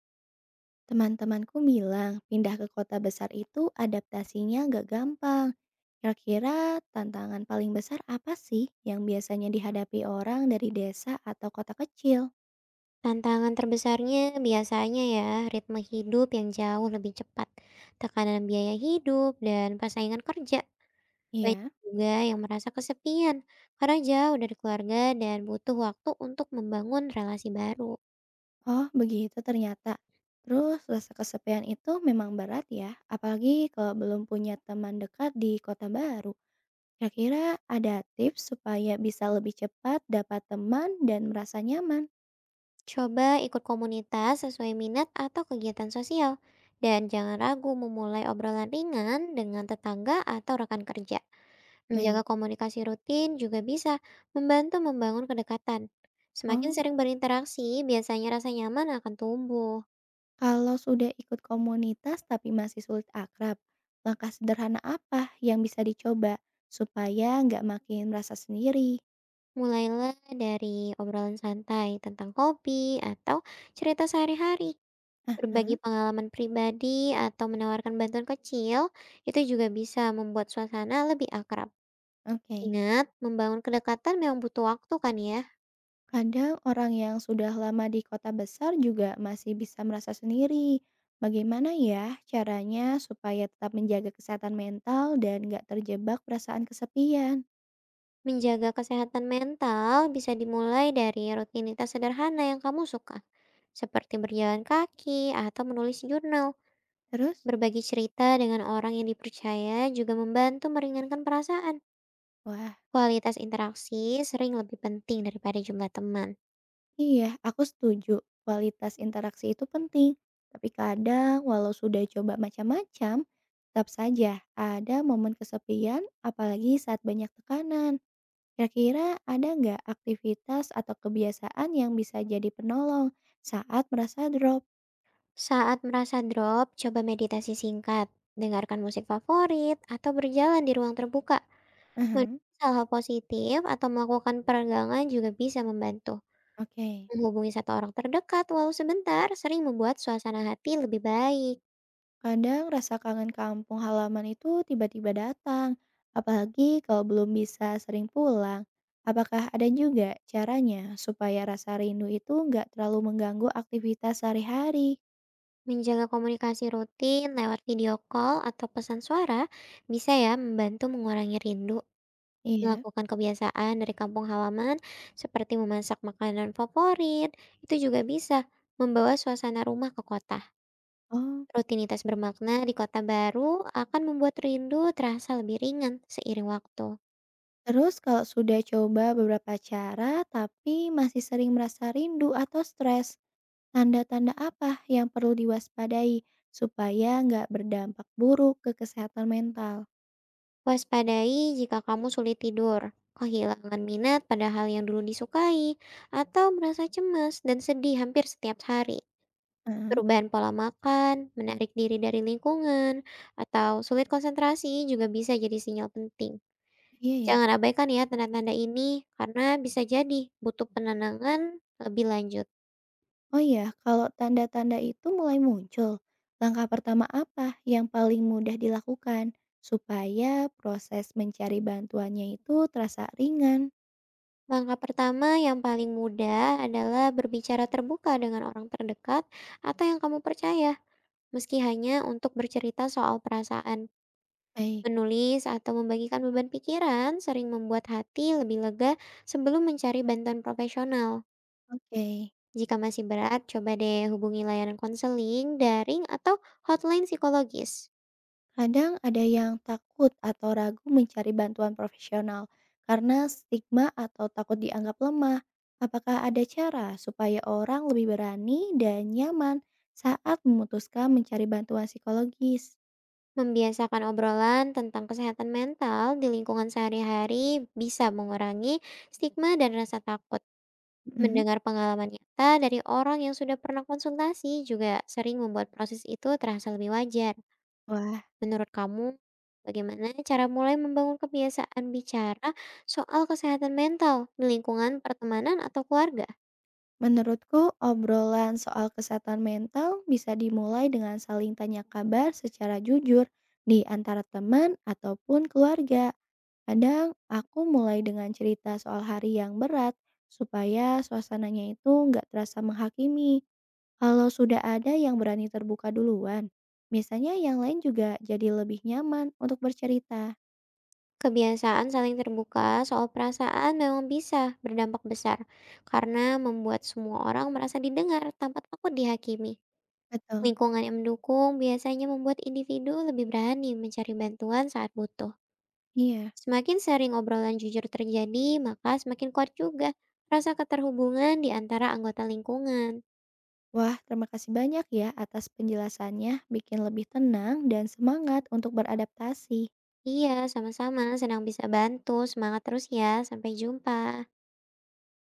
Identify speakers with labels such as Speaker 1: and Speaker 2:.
Speaker 1: Teman-temanku bilang pindah ke kota besar itu adaptasinya gak gampang. Kira-kira tantangan paling besar apa sih yang biasanya dihadapi orang dari desa atau kota kecil?
Speaker 2: Tantangan terbesarnya biasanya ya, ritme hidup yang jauh lebih cepat, tekanan biaya hidup, dan persaingan kerja. Banyak
Speaker 1: Iya.
Speaker 2: juga yang merasa kesepian karena jauh dari keluarga dan butuh waktu untuk membangun relasi baru.
Speaker 1: Oh, begitu ternyata. Terus rasa kesepian itu memang berat ya, apalagi kalau belum punya teman dekat di kota baru. Kira-kira ada tips supaya bisa lebih cepat dapat teman dan merasa nyaman?
Speaker 2: Coba ikut komunitas sesuai minat atau kegiatan sosial, dan jangan ragu memulai obrolan ringan dengan tetangga atau rekan kerja. Menjaga
Speaker 1: Baik.
Speaker 2: komunikasi rutin juga bisa membantu membangun kedekatan. Semakin
Speaker 1: Oh.
Speaker 2: sering berinteraksi, biasanya rasa nyaman akan tumbuh.
Speaker 1: Kalau sudah ikut komunitas tapi masih sulit akrab, langkah sederhana apa yang bisa dicoba supaya nggak makin merasa sendiri?
Speaker 2: Mulailah dari obrolan santai tentang hobi atau cerita sehari-hari. Berbagi
Speaker 1: Aha,
Speaker 2: pengalaman pribadi atau menawarkan bantuan kecil, itu juga bisa membuat suasana lebih akrab.
Speaker 1: oke.
Speaker 2: Ingat, membangun kedekatan memang butuh waktu kan ya?
Speaker 1: Kadang orang yang sudah lama di kota besar juga masih bisa merasa sendiri. Bagaimana ya caranya supaya tetap menjaga kesehatan mental dan nggak terjebak perasaan kesepian?
Speaker 2: Menjaga kesehatan mental bisa dimulai dari rutinitas sederhana yang kamu suka, seperti berjalan kaki atau menulis jurnal.
Speaker 1: Terus?
Speaker 2: Berbagi cerita dengan orang yang dipercaya juga membantu meringankan perasaan.
Speaker 1: Wah.
Speaker 2: Kualitas interaksi sering lebih penting daripada jumlah teman.
Speaker 1: Iya, aku setuju. Kualitas interaksi itu penting. Tapi kadang, walau sudah coba macam-macam, tetap saja ada momen kesepian, apalagi saat banyak tekanan. Kira-kira ada nggak aktivitas atau kebiasaan yang bisa jadi penolong saat merasa drop?
Speaker 2: Saat merasa drop, coba meditasi singkat, dengarkan musik favorit, atau berjalan di ruang terbuka.
Speaker 1: Aha,
Speaker 2: Menulis hal-hal positif atau melakukan peregangan juga bisa membantu.
Speaker 1: oke.
Speaker 2: Menghubungi satu orang terdekat walau sebentar sering membuat suasana hati lebih baik.
Speaker 1: Kadang rasa kangen kampung halaman itu tiba-tiba datang, apalagi kalau belum bisa sering pulang. Apakah ada juga caranya supaya rasa rindu itu nggak terlalu mengganggu aktivitas sehari-hari?
Speaker 2: Menjaga komunikasi rutin lewat video call atau pesan suara bisa ya membantu mengurangi rindu.
Speaker 1: Iya.
Speaker 2: Melakukan kebiasaan dari kampung halaman seperti memasak makanan favorit, itu juga bisa membawa suasana rumah ke kota.
Speaker 1: Oh,
Speaker 2: Rutinitas bermakna di kota baru akan membuat rindu terasa lebih ringan seiring waktu.
Speaker 1: terus kalau sudah coba beberapa cara tapi masih sering merasa rindu atau stres, tanda-tanda apa yang perlu diwaspadai supaya nggak berdampak buruk ke kesehatan mental?
Speaker 2: Waspadai jika kamu sulit tidur, kehilangan minat pada hal yang dulu disukai, atau merasa cemas dan sedih hampir setiap hari.
Speaker 1: Heeh,
Speaker 2: Perubahan pola makan, menarik diri dari lingkungan, atau sulit konsentrasi juga bisa jadi sinyal penting.
Speaker 1: iya ya.
Speaker 2: Jangan abaikan ya tanda-tanda ini, karena bisa jadi butuh penenangan lebih lanjut.
Speaker 1: Oh ya, kalau tanda-tanda itu mulai muncul, langkah pertama apa yang paling mudah dilakukan supaya proses mencari bantuannya itu terasa ringan?
Speaker 2: Langkah pertama yang paling mudah adalah berbicara terbuka dengan orang terdekat atau yang kamu percaya meski hanya untuk bercerita soal perasaan.
Speaker 1: Baik,
Speaker 2: Menulis atau membagikan beban pikiran sering membuat hati lebih lega sebelum mencari bantuan profesional.
Speaker 1: oke,
Speaker 2: Jika masih berat, coba deh hubungi layanan konseling, daring, atau hotline psikologis.
Speaker 1: kadang ada yang takut atau ragu mencari bantuan profesional karena stigma atau takut dianggap lemah. Apakah ada cara supaya orang lebih berani dan nyaman saat memutuskan mencari bantuan psikologis?
Speaker 2: Membiasakan obrolan tentang kesehatan mental di lingkungan sehari-hari bisa mengurangi stigma dan rasa takut.
Speaker 1: Mm.
Speaker 2: Mendengar pengalaman nyata dari orang yang sudah pernah konsultasi juga sering membuat proses itu terasa lebih wajar.
Speaker 1: Wah.
Speaker 2: Menurut kamu, bagaimana cara mulai membangun kebiasaan bicara soal kesehatan mental di lingkungan pertemanan atau keluarga?
Speaker 1: Menurutku, obrolan soal kesehatan mental bisa dimulai dengan saling tanya kabar secara jujur di antara teman ataupun keluarga. Kadang aku mulai dengan cerita soal hari yang berat supaya suasananya itu nggak terasa menghakimi. Kalau sudah ada yang berani terbuka duluan, biasanya yang lain juga jadi lebih nyaman untuk bercerita.
Speaker 2: Kebiasaan saling terbuka soal perasaan memang bisa berdampak besar karena membuat semua orang merasa didengar tanpa takut dihakimi.
Speaker 1: Betul.
Speaker 2: Lingkungan yang mendukung biasanya membuat individu lebih berani mencari bantuan saat butuh.
Speaker 1: Iya.
Speaker 2: Semakin sering obrolan jujur terjadi, maka semakin kuat juga rasa keterhubungan di antara anggota lingkungan.
Speaker 1: Wah, terima kasih banyak ya atas penjelasannya. Bikin lebih tenang dan semangat untuk beradaptasi.
Speaker 2: Iya, sama-sama. Senang bisa bantu. Semangat terus ya. Sampai jumpa.